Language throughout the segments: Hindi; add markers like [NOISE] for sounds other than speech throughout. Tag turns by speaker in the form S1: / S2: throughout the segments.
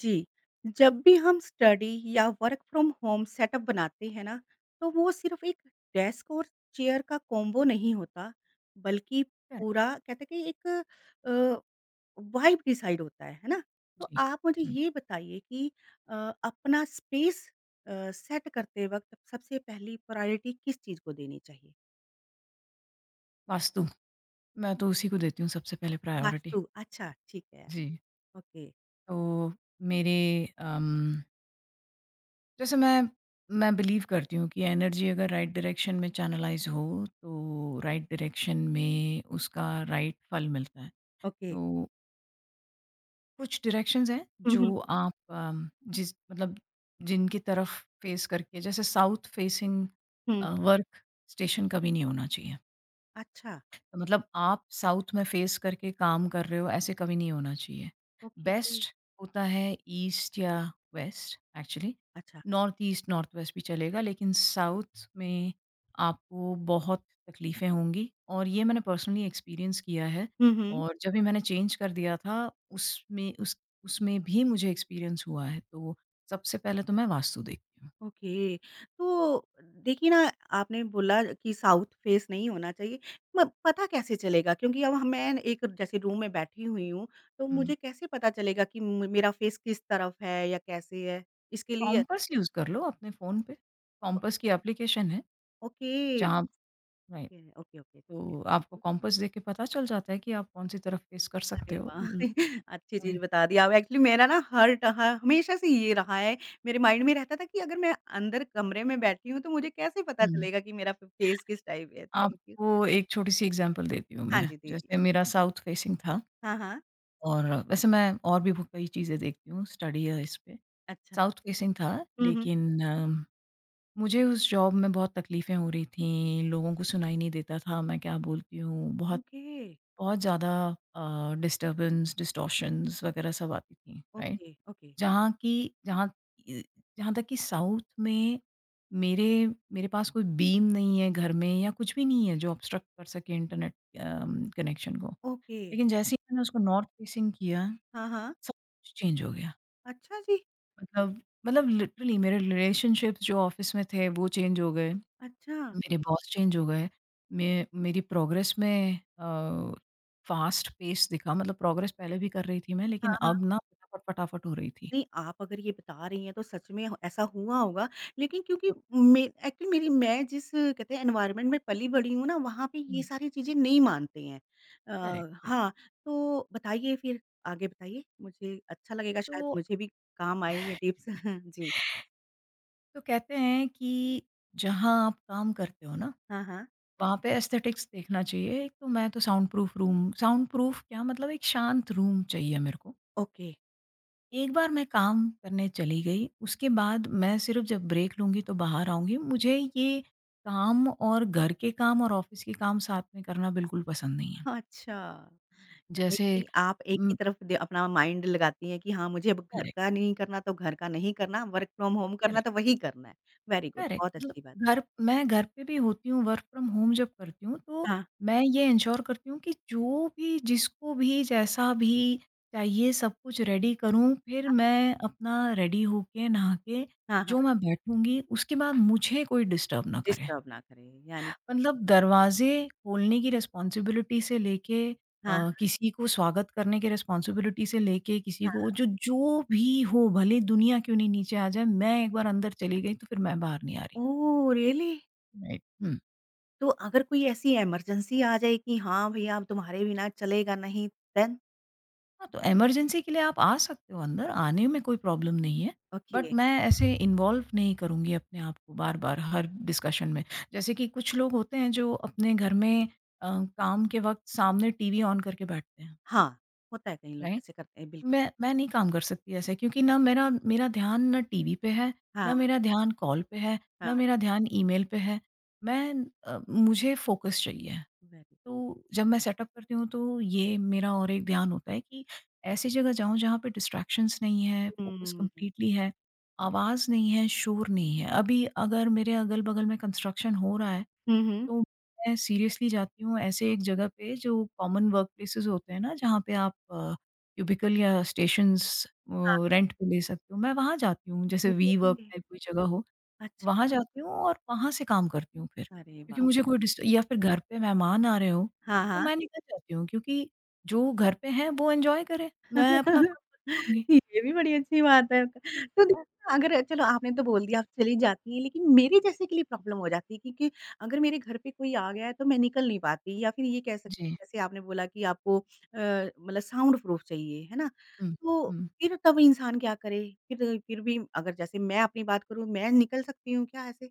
S1: जी। जब भी हम स्टडी या वर्क फ्रॉम होम सेटअप बनाते हैं ना, तो वो सिर्फ़ एक डेस्क और चेयर का कॉम्बो नहीं होता, बल्कि
S2: करेक्ट।
S1: पूरा कहते हैं कि एक अ, वाइब डिसाइड होता है ना? तो
S2: जी।
S1: आप मुझे
S2: हुँ,
S1: ये बताइए कि अ, अपना स्पेस सेट करते वक़्त सबसे पहली प्रायोरिटी किस चीज़ को देनी चाहिए?
S2: वास्तु। मैं तो उसी को देती हूँ सबसे पहले प्रायोरिटी।
S1: वास्तु, अच्छा ठीक है।
S2: जी।
S1: ओके,
S2: तो मेरे अम, जैसे मैं बिलीव करती हूँ कि एनर्जी अगर राइट डायरेक्शन में चैनलाइज़ हो, तो राइट डायरेक्शन में उसका राइट फल मिलता है।
S1: ओके।
S2: तो कुछ डायरेक्शंस हैं
S1: हुँ, हुँ,
S2: जो आप जिस मतलब जिनकी तरफ फेस करके जैसे साउथ फेसिंग
S1: हुँ।
S2: वर्क स्टेशन कभी नहीं होना चाहिए।
S1: अच्छा,
S2: मतलब आप साउथ में फेस करके काम कर रहे हो ऐसे कभी नहीं होना चाहिए।
S1: ओके,
S2: बेस्ट होता है ईस्ट या वेस्ट एक्चुअली।
S1: अच्छा।
S2: नॉर्थ ईस्ट, नॉर्थ वेस्ट भी चलेगा लेकिन साउथ में आपको बहुत तकलीफ़ें होंगी और ये मैंने पर्सनली एक्सपीरियंस किया है।
S1: हुँ, हुँ।
S2: और जब भी मैंने चेंज कर दिया था उसमें उस उसमें भी मुझे एक्सपीरियंस हुआ है। तो सबसे पहले तो मैं वास्तु देखती हूँ।
S1: ओके। तो देखिए ना, आपने बोला कि साउथ फेस नहीं होना चाहिए। म पता कैसे चलेगा? क्योंकि अब मैं एक जैसे रूम में बैठी हुई हूँ, तो
S2: हुँ,
S1: मुझे कैसे पता चलेगा कि म मेरा फेस किस तरफ है या कैसे है? इसके लिए
S2: कॉम्पास यूज़ कर लो अपने फ़ोन पे।
S1: ओ
S2: कॉम्पास की एप्लीकेशन है
S1: ओके, ओके,
S2: जहाँ राइट।
S1: ओके। ओके, ठीक है,
S2: तो
S1: थैंक
S2: आपको
S1: यू।
S2: कॉम्पास देख के पता चल जाता है कि आप कौन-सी तरफ फेस कर
S1: अरे
S2: सकते हो।
S1: वाह!
S2: ल
S1: [LAUGHS] अच्छी चीज़
S2: हुँ,
S1: बता दी आप। एक्चुअली मेरा ना हर ट ह हमेशा से ये रहा है, मेरे माइंड में रहता था कि अगर मैं अंदर कमरे में बैठी हूँ, तो मुझे कैसे पता
S2: हुँ।
S1: चलेगा कि मेरा फ फेस किस टाइप है? Thank you.
S2: आपको एक छोटी-सी एग्ज़ाम्पल देती हूँ
S1: हाँ
S2: मैं,
S1: जी, दीजिए।
S2: जैसे मेरा साउथ फेसिंग था
S1: हाँ, हाँ।
S2: और वैसे मैं और भी ब कई चीज़ें देखती हूँ, स्टडी है इस पे।
S1: अच्छा।
S2: साउथ फेसिंग था
S1: हुँ, हुँ।
S2: लेकिन मुझे उस जॉब में बहुत तकलीफ़ें हो रही थीं, लोगों को सुनाई नहीं देता था मैं क्या बोलती हूँ, बहुत
S1: ओके,
S2: बहुत ज़्यादा डिस्टर्बेंस, डिस्टॉर्शंस वगैरह सब आती थी, राइट?
S1: ओके, ओके,
S2: जहाँ की जहाँ इ जहाँ तक कि साउथ में मेरे मेरे पास कोई बीम नहीं है घर में या कुछ भी नहीं है जो ऑब्स्ट्रक्ट कर सके इंटरनेट कनेक्शन को।
S1: ओके।
S2: लेकिन जैसे ही मैंने उसको नॉर्थ फेसिंग किया, सब
S1: हाँ, हाँ।
S2: कुछ चेंज हो गया।
S1: अच्छा जी,
S2: मतलब लिटरली मेरे रिलेशनशिप्स जो ऑफ़िस में थे वो चेंज हो गए,
S1: अच्छा।
S2: मेरे बॉस चेंज हो गए, मे मेरी प्रोग्रेस में फ़ास्ट पेस दिखा। मतलब प्रोग्रेस पहले भी कर रही थी मैं लेकिन
S1: हाँ, हाँ।
S2: अब ना फटाफट, फटाफट हो रही थी।
S1: नहीं, आप अगर ये बता रही हैं तो सच में ह ऐसा हुआ होगा लेकिन क्योंकि मे एक्चुअली मेरी मैं जिस कहते हैं एनवायरनमेंट में पली-बड़ी हूँ ना, वहाँ पे ये
S2: हुँ,
S1: सारी चीज़ें नहीं मानते हैं।
S2: Correct, correct.
S1: हाँ, तो बताइए फिर आगे बताइए। मुझे अच्छा लगेगा शायद
S2: तो
S1: मुझे भी काम आए ये टिप्स। [LAUGHS] जी।
S2: तो कहते हैं कि जहाँ आप काम करते हो ना,
S1: हाँ, हाँ।
S2: वहाँ पे एस्थेटिक्स देखना चाहिए। एक तो मैं तो sound proof room, sound proof क्या मतलब एक शांत रूम चाहिए मेरे को।
S1: ओके।
S2: एक बार मैं काम करने चली गई, उसके बाद मैं सिर्फ़ जब ब्रेक लूँगी तो बाहर आऊँगी। मुझे ये काम और घर के काम और ऑफ़िस के काम साथ में करना बिल्कुल पसंद नहीं है।
S1: अच्छा। यानी
S2: जैसे
S1: कि आप एक ही
S2: उम,
S1: तरफ दे अपना माइंड लगाती हैं कि हाँ, मुझे अब घर
S2: करेक्ट,
S1: का नहीं करना तो घर का नहीं करना, वर्क फ्रॉम होम करना
S2: करेक्ट।
S1: तो वही करना है। वेरी गुड, बहुत
S2: करेक्ट
S1: अच्छी बात।
S2: मतलब घर मैं घर पे भी होती हूँ, वर्क फ्रॉम होम जब करती हूँ तो
S1: हाँ,
S2: मैं ये इंश्योर करती हूँ कि जो भी जिसको भी जैसा भी चाहिए सब कुछ रेडी करूँ, फिर मैं अपना रेडी होके नहा के
S1: हाँ, हाँ,
S2: जो मैं बैठूंगी उसके बाद मुझे कोई डिस्टर्ब ना करे।
S1: डिस्टर्ब ना करे यानी कि
S2: मतलब दरवाजे खोलने की रिस्पॉन्सिबिलिटी से लेके
S1: हाँ,
S2: किसी को स्वागत करने की रिस्पॉन्सिबिलिटी से लेके किसी को,
S1: हाँ।
S2: जो जो भी हो भले दुनिया क्यों नहीं नीचे आ जाए, मैं एक बार अंदर चली गई तो फिर मैं बाहर नहीं आ रही।
S1: ओह! रियली?
S2: राइट हुँ।
S1: तो अगर कोई ऐसी इमरजेंसी आ जाए कि हाँ, भैया अब तुम्हारे बिना चलेगा नहीं देन?
S2: हाँ, तो इमरजेंसी के लिए आप आ सकते हो अंदर, आने में कोई प्रॉब्लम नहीं है।
S1: ओके,
S2: बट मैं ऐसे इन्वॉल्व नहीं करूँगी अपने आप को बार-बार हर डिस्कशन में। जैसे कि कुछ लोग होते हैं जो अपने घर में अ, काम के वक़्त सामने टीवी ऑन करके बैठते हैं,
S1: हाँ, होता है कई लोग
S2: राइट?
S1: ऐसे करते हैं
S2: मैं
S1: बिल्कुल।
S2: मैं नहीं काम कर सकती ऐसे क्योंकि ना मेरा मेरा ध्यान ना टीवी पे है,
S1: हाँ,
S2: ना मेरा ध्यान कॉल पे है,
S1: हाँ,
S2: ना मेरा ध्यान ईमेल पे है। मैं मुझे फ़ोकस चाहिए।
S1: वेरी
S2: तो जब मैं सेटअप करती हूँ तो ये मेरा और एक ध्यान होता है कि ऐसी जगह जाऊँ जहाँ पे डिस्ट्रैक्शंस नहीं है, फ़ोकस
S1: हुँ,
S2: कंप्लीटली है, आवाज़ नहीं है, शोर नहीं है। अभी अगर मेरे अगल-बगल में कंस्ट्रक्शन हो रहा है
S1: हुँ, हुँ,
S2: तो मैं सीरियसली जाती हूँ ऐसे एक जगह पे जो कॉमन वर्क प्लेसेस होते हैं ना, जहाँ पे आप क्यूबिकल या स्टेशंस
S1: हाँ,
S2: रेंट पे ले सकते हो। मैं वहाँ जाती हूँ जैसे वी वर्क
S1: ये
S2: टाइप कोई जगह हो। वहाँ
S1: अच्छा,
S2: जाती हूँ और वहाँ से काम करती हूँ फिर,
S1: अरे
S2: क्योंकि
S1: वाह!
S2: मुझे कोई डिस्ट या फिर घर पे मेहमान आ रहे हों,
S1: हाँ,
S2: तो
S1: हाँ।
S2: मैं निकल जाती हूँ क्योंकि जो घर पे हैं वो एन्जॉय करें, मैं अपना काम करके आऊँगी।
S1: ये भी बड़ी अच्छी बात है। तो
S2: हाँ।
S1: देखिए अगर चलो आपने तो बोल दिया आप चली जाती हैं, लेकिन मेरे जैसे के लिए प्रॉब्लम हो जाती है क्योंकि अगर मेरे घर पे कोई आ गया है तो मैं निकल नहीं पाती या फिर ये कह सकते
S2: जी।
S1: जैसे आपने बोला कि आपको मतलब साउंड प्रूफ चाहिए, है ना?
S2: हुँ,
S1: तो
S2: हुँ।
S1: फिर तब इंसान क्या करे? फिर भी अगर जैसे मैं अपनी बात करूँ, मैं निकल सकती हूँ क्या ऐसे?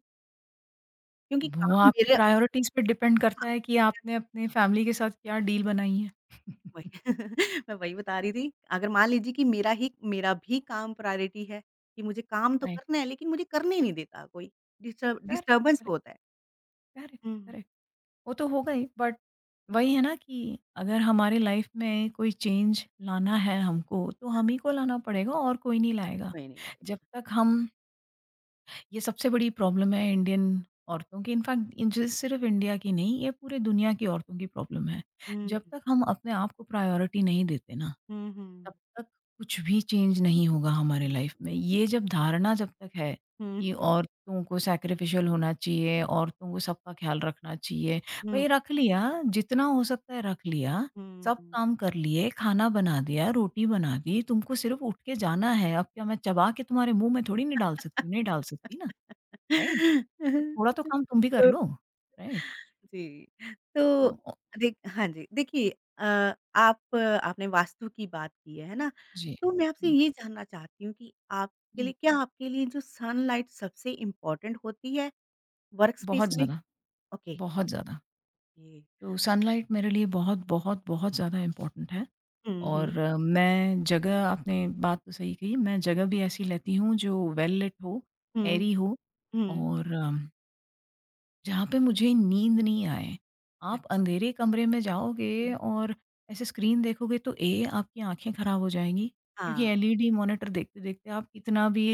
S1: क्योंकि
S2: वो
S1: काम
S2: आपकी
S1: मेरे
S2: प्रायोरिटीज़ पे डिपेंड
S1: हाँ।
S2: करता है कि आपने अपने फैमिली के साथ क्या डील बनाई है। [LAUGHS]
S1: वही [LAUGHS] मैं वही बता रही थी। अगर मान लीजिए कि मेरा भी काम प्रायोरिटी है, कि मुझे काम तो
S2: राइट,
S1: करना है लेकिन मुझे करने ही नहीं देता कोई, डिस्टर्ब
S2: करेक्ट,
S1: डिस्टर्बेंस
S2: करेक्ट,
S1: बहुत है।
S2: करेक्ट,
S1: हुँ।
S2: करेक्ट। वो तो होगा ही बट वही है ना कि अगर हमारी लाइफ़ में कोई चेंज लाना है हमको, तो हम ही को लाना पड़ेगा और कोई नहीं लाएगा।
S1: कोई नहीं भाई।
S2: जब तक हम ये सबसे बड़ी प्रॉब्लम है इंडियन औरतों की, इनफैक्ट इन जि- सिर्फ इंडिया की नहीं ये पूरे दुनिया की औरतों की प्रॉब्लम है।
S1: हुँ,
S2: जब तक हम अपने आप को प्रायोरिटी नहीं देते ना,
S1: हुँ, हुँ।
S2: तब तक कुछ भी चेंज नहीं होगा हमारे लाइफ में। ये जब धारणा जब तक है
S1: हुँ,
S2: कि औरतों को सैक्रिफिशियल होना चाहिए, औरतों को सबका ख्याल रखना चाहिए,
S1: हुँ,
S2: भाई रख लिया, जितना हो सकता है रख लिया, सब
S1: हुँ।
S2: काम कर लिए, खाना बना दिया, रोटी बना दी, तुमको सिर्फ उठ के जाना है। अब क्या मैं चबा के तुम्हारे मुंह में थोड़ी नहीं डाल सकती हूँ? नहीं डाल सकती ना, राइट? तो थोड़ा तो काम तुम भी कर
S1: [LAUGHS]
S2: लो, राइट?
S1: जी, तो
S2: तो
S1: देख हाँ जी, देखिए अ, आप आपने वास्तु की बात की है ना?
S2: जी।
S1: तो मैं आपसे
S2: हुँ,
S1: ये जानना चाहती हूँ कि
S2: जी।
S1: आपके लिए जो सनलाइट सबसे इम्पोर्टेंट होती है? वर्क स्पेस
S2: बहुत
S1: में
S2: ज़्यादा,
S1: ओके
S2: बहुत ज़्यादा।
S1: ये
S2: तो सनलाइट मेरे लिए बहुत, बहुत, बहुत ज़्यादा इम्पोर्टेंट है
S1: हुँ, हुँ।
S2: और मैं जगह आपने बात तो सही कही, मैं जगह भी ऐसी लेती हूँ जो वेल लिट हो,
S1: हुँ,
S2: एयरी हो
S1: हुँ।
S2: और जहाँ पे मुझे नींद नहीं आए। आप
S1: अच्छा।
S2: अंधेरे कमरे में
S1: हुँ,
S2: जाओगे और ऐसे स्क्रीन देखोगे तो
S1: हुँ,
S2: ए आपकी आँखें ख़राब हो जाएँगी क्योंकि
S1: हाँ।
S2: एलईडी मॉनिटर देखते-देखते आप कितना भी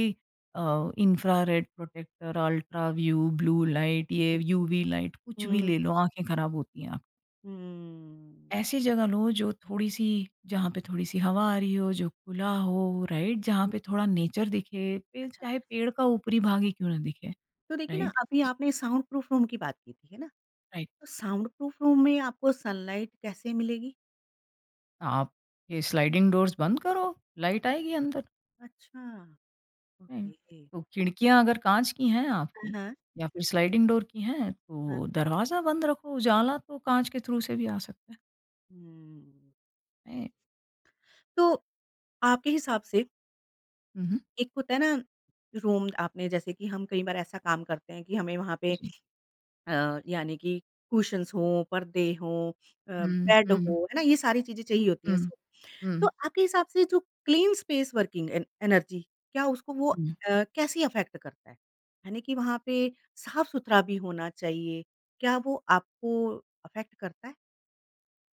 S2: infrared protector, ultra view, blue light, ये
S1: हुँ,
S2: यूवी लाइट कुछ भी
S1: हुँ,
S2: ले लो, आँखें ख़राब होती हैं। आप
S1: हुँ।
S2: ऐसी जगह लो जो थोड़ी-सी जहाँ पे थोड़ी-सी हवा आ रही हो, जो खुला हो, राइट? जहाँ
S1: हुँ,
S2: पे थोड़ा नेचर दिखे, पे
S1: अच्छा।
S2: चाहे पेड़ का ऊपरी भाग ही क्यों ना दिखे,
S1: तो देखिए ना
S2: राइट?
S1: अभी आपने साउंड प्रूफ रूम की बात की थी, है ना?
S2: राइट।
S1: तो साउंड प्रूफ रूम में आपको सनलाइट कैसे मिलेगी?
S2: आप ये स्लाइडिंग डोर्स बंद करो, लाइट आएगी अंदर
S1: अच्छा,
S2: में।
S1: ओके।
S2: तो खिड़कियाँ अगर काँच की हैं
S1: हाँ,
S2: आपकी
S1: हाँ।
S2: या फिर स्लाइडिंग डोर की हैं,
S1: हाँ,
S2: तो दरवाज़ा बंद रखो, उजाला तो काँच के थ्रू से भी आ सकता है।
S1: हुँ।
S2: हैं?
S1: तो आपके हिसाब से
S2: हुँ, हुँ।
S1: एक होता है ना रूम आपने जैसे कि हम कई बार ऐसा काम करते हैं कि हमें वहाँ पे
S2: जी।
S1: यानी कि कुशन्स हों, पर्दे हों
S2: हुँ,
S1: बेड
S2: हुँ,
S1: हो, है ना? ये सारी चीज़ें चाहिए होती हैं
S2: हुँ,
S1: इसको। तो
S2: हुँ,
S1: आपके हिसाब से जो क्लीन स्पेस वर्किंग एन एनर्जी क्या उसको वो
S2: हुँ।
S1: कैसे अफ़ेक्ट करता है? यानी कि वहाँ पे साफ-सुथरा भी होना चाहिए, क्या वो आपको अफ़ेक्ट करता है?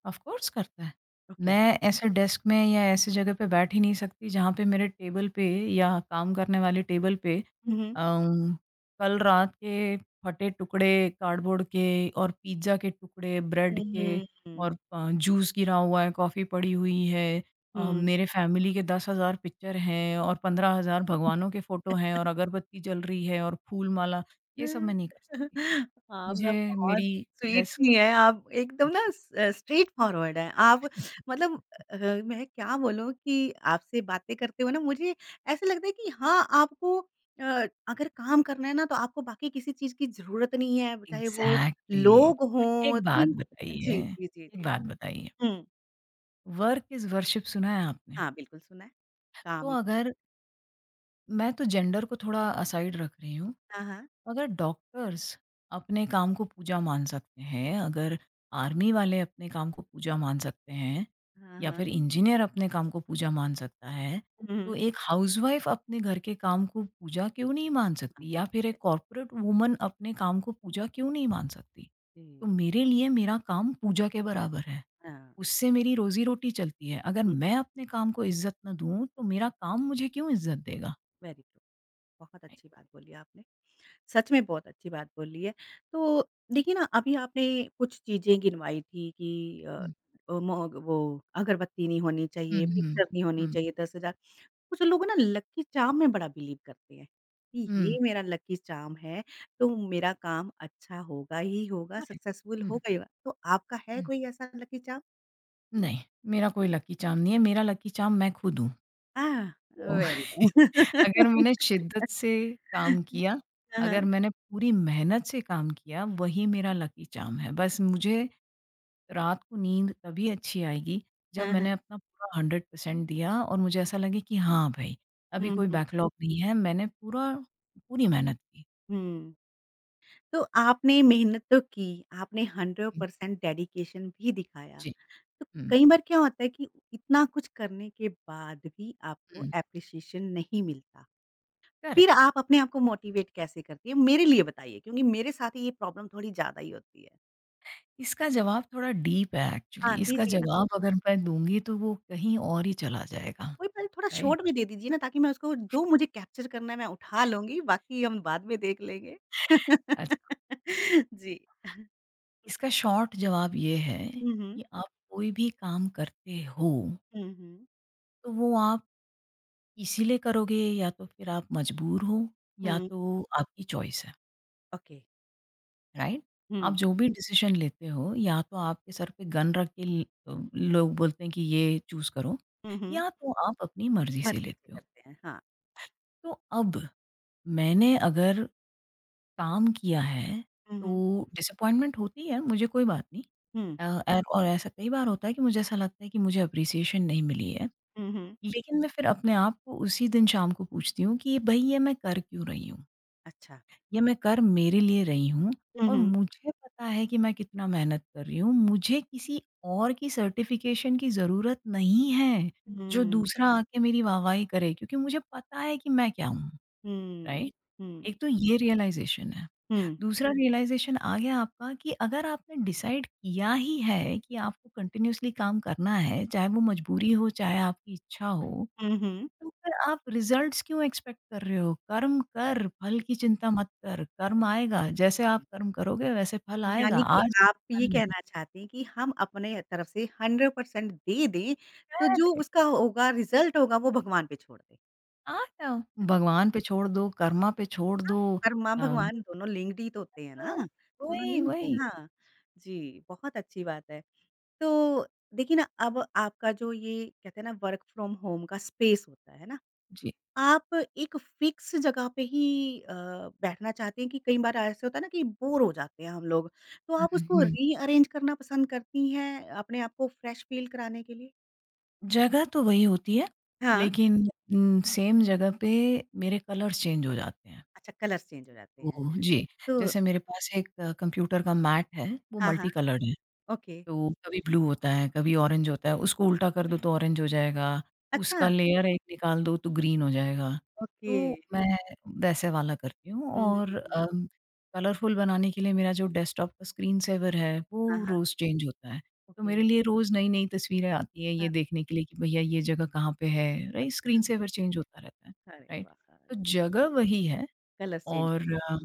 S2: ऑफ कोर्स करता है।
S1: ओके।
S2: मैं ऐसे डेस्क में या ऐसी जगह पे बैठ ही नहीं सकती जहाँ पे मेरे टेबल पे या काम करने वाले टेबल पे
S1: हुँ, हुँ।
S2: अम, कल रात के फटे टुकड़े कार्डबोर्ड के और पिज़्ज़ा के टुकड़े, ब्रेड
S1: हुँ,
S2: के और
S1: हुँ,
S2: जूस गिरा हुआ है, कॉफ़ी पड़ी हुई है।
S1: हुँ।
S2: मेरे फैमिली के 10,000 पिक्चर हैं और 15,000 भगवानों के फ़ोटो हैं और अगरबत्ती जल रही है और फूल माला, ये सब मैं नहीं कर सकती।
S1: [LAUGHS] आप ना
S2: मुझे
S1: बहुत
S2: मेरी
S1: स्वीट
S2: डेस्क
S1: सी हैं, आप एकदम ना स स्ट्रेट फॉरवर्ड हैं। आप मतलब अ, मैं क्या बोलूँ कि आपसे बातें करते हुए ना मुझे ऐसा लगता है कि हाँ, आपको अ, अगर काम करना है ना तो आपको बाकी किसी चीज़ की ज़रूरत नहीं है, चाहे वो
S2: एग्ज़ैक्टली।
S1: लोग हों,
S2: एक बात
S1: थिंग
S2: बताइए
S1: जी, जी, जी,
S2: एक
S1: जी।
S2: बात बताइए,
S1: हुँ,
S2: वर्क इज़ वर्शिप सुना है आपने?
S1: हाँ, बिल्कुल सुना है। काम
S2: तो
S1: ही
S2: अगर मैं तो जेंडर को थोड़ा असाइड रख रही हूँ,
S1: हाँ, हाँ।
S2: अगर डॉक्टर्स अपने काम को पूजा मान सकते हैं, अगर आर्मी वाले अपने काम को पूजा मान सकते हैं
S1: हाँ,
S2: या
S1: हाँ।
S2: फिर इंजीनियर अपने काम को पूजा मान सकता है,
S1: हुँ,
S2: तो
S1: हुँ।
S2: एक हाउसवाइफ़ अपने घर के काम को पूजा क्यों नहीं मान
S1: हाँ,
S2: सकती?
S1: सच
S2: या फिर
S1: है।
S2: एक कॉर्पोरेट वुमन अपने काम को पूजा क्यों नहीं मान सकती? तो
S1: जी,
S2: मेरे लिए मेरा काम पूजा के
S1: ठीक है।
S2: बराबर है।
S1: हाँ।
S2: उससे मेरी रोज़ी-रोटी चलती है। अगर
S1: हुँ,
S2: मैं अपने काम को इज़्ज़त ना दूँ, तो मेरा काम मुझे क्यों इज़्ज़त देगा?
S1: Very true. बहुत
S2: राइट?
S1: अच्छी बात बोली आपने, सच में बहुत अच्छी बात बोली है। तो देखिए ना अभी आपने कुछ चीज़ें गिनवाई थी कि अ,
S2: हुँ,
S1: अ, मोग वो अगरबत्ती नहीं होनी
S2: हुँ,
S1: चाहिए,
S2: हुँ,
S1: पिक्चर नहीं होनी
S2: हुँ,
S1: चाहिए 10,000 कुछ लोग ना लकी चार्म में बड़ा बिलीव करते हैं, कि ये
S2: हुँ,
S1: मेरा लकी चार्म है, तो मेरा काम अच्छा होगा ही होगा,
S2: करेक्ट।
S1: सक्सेसफुल
S2: हुँ,
S1: होगा ही होगा। तो आपका है
S2: हुँ।
S1: कोई ऐसा लकी चार्म?
S2: नहीं, मेरा कोई लकी चार्म नहीं है। मेरा लकी चार्म मैं खुद हूँ।
S1: आह!
S2: तो
S1: वेरी
S2: [LAUGHS]
S1: [LAUGHS]
S2: अगर
S1: नाइस।
S2: मैंने शिद्दत से काम किया,
S1: हाँ,
S2: अगर
S1: हाँ।
S2: मैंने पूरी मेहनत से काम किया, वही मेरा लकी चार्म है। बस मुझे रात को नींद तभी अच्छी आएगी जब
S1: हाँ, हाँ।
S2: मैंने अपना पूरा 100% दिया और मुझे ऐसा लगे कि हाँ भाई, अभी
S1: हुँ,
S2: कोई
S1: हुँ,
S2: बैकलॉग नहीं है, मैंने पूरा पूरी मेहनत की।
S1: हुँ। तो आपने मेहनत तो की, आपने
S2: हुँ।
S1: 100% डेडिकेशन भी दिखाया।
S2: जी,
S1: तो
S2: हुँ,
S1: कई बार क्या होता है कि इतना कुछ करने के बाद भी आपको
S2: हुँ।
S1: एप्रिशिएशन नहीं मिलता। फिर
S2: करेक्ट।
S1: आप अपने आप को मोटिवेट कैसे करती हैं? मेरे लिए बताइए क्योंकि मेरे साथ ये प्रॉब्लम थोड़ी ज़्यादा ही होती है।
S2: इसका जवाब थोड़ा डीप है एक्चुअली,
S1: हाँ,
S2: इसका
S1: दीजिए ना।
S2: जवाब अगर मैं दूँगी तो वो कहीं और ही चला जाएगा,
S1: कोई बात नहीं थोड़ा
S2: राइट?
S1: शॉर्ट में दे दीजिए ना ताकि मैं उसको जो मुझे कैप्चर करना है मैं उठा लूँगी, बाकी हम बाद में देख लेंगे।
S2: अच्छा,
S1: [LAUGHS] जी।
S2: इसका शॉर्ट जवाब ये है
S1: हुँ, हुँ।
S2: कि आप कोई भी काम करते हो,
S1: हुँ, हुँ।
S2: तो वो आप इसीलिए करोगे या तो फिर आप मजबूर हो या
S1: हुँ,
S2: तो आपकी चॉइस है।
S1: ओके।
S2: राइट? आप
S1: हुँ।
S2: जो भी डिसीज़न लेते हो या तो आपके सर पे गन रख के ल लोग बोलते हैं कि ये चूज़ करो
S1: हुँ, हुँ।
S2: या तो आप अपनी मर्ज़ी
S1: मत
S2: से
S1: नीचे
S2: लेते हो।
S1: करते हैं, हाँ।
S2: तो अब मैंने अगर काम किया है
S1: हुँ, हुँ।
S2: तो डिसअपॉइंटमेंट होती है, मुझे कोई बात नहीं।
S1: हुँ,
S2: ऐ और ऐसा कई बार होता है कि मुझे ऐसा लगता है कि मुझे एप्रिसिएशन नहीं मिली है।
S1: हुँ, हुँ।
S2: लेकिन मैं फिर अपने आप को उसी दिन शाम को पूछती हूँ कि भई ये मैं कर क्यों रही हूँ?
S1: अच्छा।
S2: ये मैं कर मेरे लिए रही हूँ
S1: हुँ,
S2: और
S1: हुँ।
S2: मुझे पता है कि मैं कितना मेहनत कर रही हूँ। मुझे किसी और की सर्टिफ़िकेशन की ज़रूरत नहीं है, जो
S1: हुँ,
S2: दूसरा आके मेरी वाहवाही करे क्योंकि मुझे पता है कि मैं क्या हूँ,
S1: हुँ,
S2: राइट?
S1: हुँ,
S2: एक तो ये रियलाइज़ेशन है।
S1: हुँ,
S2: दूसरा रियलाइज़ेशन आ गया आपका कि अगर आपने डिसाइड किया ही है कि आपको कंटिन्यूअसली काम करना है, चाहे वो मजबूरी हो, चाहे आपकी इच्छा हो,
S1: हुँ, हुँ।
S2: तो फिर आप रिजल्ट्स क्यों एक्सपेक्ट कर रहे हो? कर्म कर, फल की चिंता मत कर, कर्म आएगा। जैसे आप कर्म करोगे वैसे फल आएगा।
S1: यानी कि
S2: आज
S1: आप ये कहना चाहते हैं कि हम अपने तरफ से 100% दे दें, तो जो
S2: करेक्ट।
S1: उसका होगा रिज़ल्ट होगा वो भगवान पे छोड़ दें।
S2: आ
S1: है
S2: भगवान पे छोड़ दो, कर्मा पे छोड़
S1: ना?
S2: दो।
S1: कर्मा
S2: अ,
S1: भगवान दोनों लिंक्ड ही तो होते हैं ना?
S2: हाँ,
S1: दोनों
S2: वही,
S1: लिंक्ड हैं,
S2: वही।
S1: हाँ। जी, बहुत अच्छी बात है। तो देखिए ना अब आपका जो ये कहते हैं ना वर्क फ्रॉम होम का स्पेस होता है ना?
S2: जी।
S1: आप एक फिक्स जगह पे ही बैठना चाहते हैं कि कई बार ऐसे होता है ना कि बोर हो जाते हैं हम लोग, तो आप
S2: हुँ,
S1: उसको
S2: हुँ।
S1: रीअरेंज करना पसंद करती हैं अपने आप को फ्रेश फ़ील कराने के लिए?
S2: जगह तो वही होती है,
S1: हाँ।
S2: लेकिन सेम जगह पे मेरे कलर्स चेंज हो जाते हैं।
S1: अच्छा कलर्स चेंज हो जाते हैं,
S2: ओह! जी,
S1: तो
S2: जैसे मेरे पास एक कंप्यूटर का मैट है, वो
S1: हाँ, हाँ,
S2: मल्टी कलर्ड है।
S1: ओके,
S2: तो कभी ब्लू होता है, कभी ऑरेंज होता है, उसको उल्टा कर दो तो ऑरेंज हो जाएगा,
S1: अच्छा,
S2: उसका लेयर एक निकाल दो तो ग्रीन हो जाएगा।
S1: ओके,
S2: तो मैं वैसे वाला करती हूँ
S1: हुँ,
S2: और कलरफुल बनाने के लिए मेरा जो डेस्कटॉप का स्क्रीन सेवर है,
S1: हाँ,
S2: वो
S1: हाँ,
S2: रोज़ चेंज होता है। तो
S1: ओके,
S2: मेरे लिए रोज़ नई-नई तस्वीरें आती हैं
S1: अ,
S2: ये देखने के लिए कि भैया ये जगह कहाँ पे है, राइट? स्क्रीन
S1: अच्छा,
S2: सेवर चेंज होता रहता है,
S1: अरे
S2: राइट?
S1: वाह!
S2: तो
S1: जी,
S2: जगह वही है
S1: कलर्स चेंज
S2: और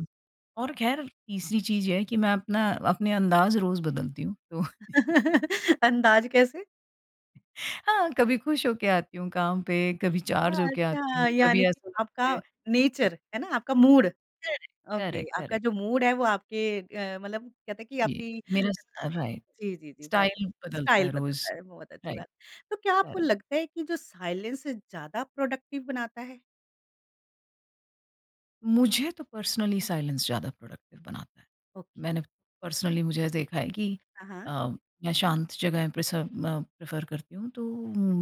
S2: और ख़ैर तीसरी चीज़ ये है कि मैं अपना अपने अंदाज़ रोज़ बदलती हूँ। तो
S1: [LAUGHS] अंदाज़ कैसे?
S2: हाँ, कभी खुश होके आती हूँ काम पे, कभी चार्ज होके आती
S1: अच्छा,
S2: हूँ,
S1: यानी
S2: कभी
S1: कि
S2: ऐसा लगता
S1: आपका
S2: है
S1: नेचर है ना, आपका मूड।
S2: करेक्ट,
S1: ओके,
S2: करेक्ट,
S1: आपका
S2: करेक्ट।
S1: जो मूड है वो आपके मतलब कहते हैं कि
S2: जी,
S1: आपकी
S2: मेरा स राइट,
S1: जी, जी, जी, बहुत
S2: स्टाइल बदलता
S1: स्टाइल
S2: है रोज़।
S1: बदलता है, बहुत अच्छी
S2: राइट,
S1: बात। तो क्या आपको
S2: करेक्ट।
S1: लगता है कि जो साइलेंस ज़्यादा प्रोडक्टिव बनाता है?
S2: मुझे तो पर्सनली साइलेंस ज़्यादा प्रोडक्टिव बनाता है।
S1: ओके।
S2: मैंने पर्सनली मुझे देखा है कि
S1: हाँ, हाँ,
S2: अ, मैं शांत जगह प्रेसर प्रेफ़र करती हूँ, तो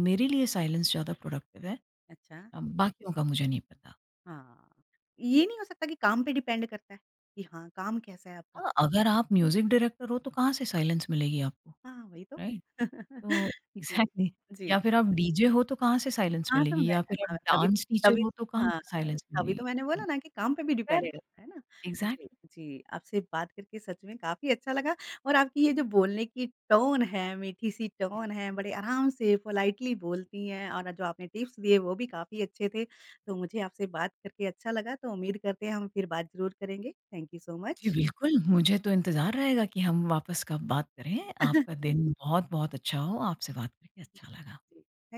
S2: मेरे लिए साइलेंस ज़्यादा प्रोडक्टिव है।
S1: अच्छा,
S2: बाकियों का मुझे नहीं पता।
S1: हाँ। ये नहीं हो सकता कि काम पे डिपेंड करता है, कि हाँ, काम कैसा है आपका?
S2: हाँ, अगर आप म्यूज़िक डायरेक्टर हो, तो कहाँ से साइलेंस मिलेगी आपको,
S1: हाँ, वही तो।
S2: राइट? तो
S1: [LAUGHS] जी,
S2: एग्ज़ैक्टली
S1: जी।
S2: या फिर आप डीजे हो तो कहाँ से साइलेंस
S1: हाँ, तो
S2: मिलेगी
S1: मैं
S2: या फिर आप
S1: हाँ, तभी
S2: डांस टीचर
S1: तभी
S2: हो तो कहाँ
S1: हाँ,
S2: से साइलेंस
S1: तभी तो
S2: मिलेगी।
S1: मैंने बोला ना कि काम पे भी डिपेंड
S2: करेक्ट,
S1: करता है ना। जी,
S2: एग्ज़ैक्टली
S1: जी, आपसे बात करके सच में काफ़ी अच्छा लगा और आपकी ये जो बोलने की टोन है, मीठी-सी टोन है, बड़े आराम से पोलाइटली बोलती हैं और जो आपने टिप्स दिए वो भी काफ़ी अच्छे थे। तो मुझे आपसे बात करके अच्छा लगा, तो उम्मीद करते हैं हम फिर बात ज़रूर करेंगे। थैंक यू सो
S2: जी,
S1: मच।
S2: बिल्कुल मुझे तो इंतज़ार रहेगा कि हम वापस कब बात करें। आपका
S1: [LAUGHS]
S2: दिन बहुत-बहुत अच्छा हो, आपसे बात करके अच्छा लगा।
S1: जी, थैंक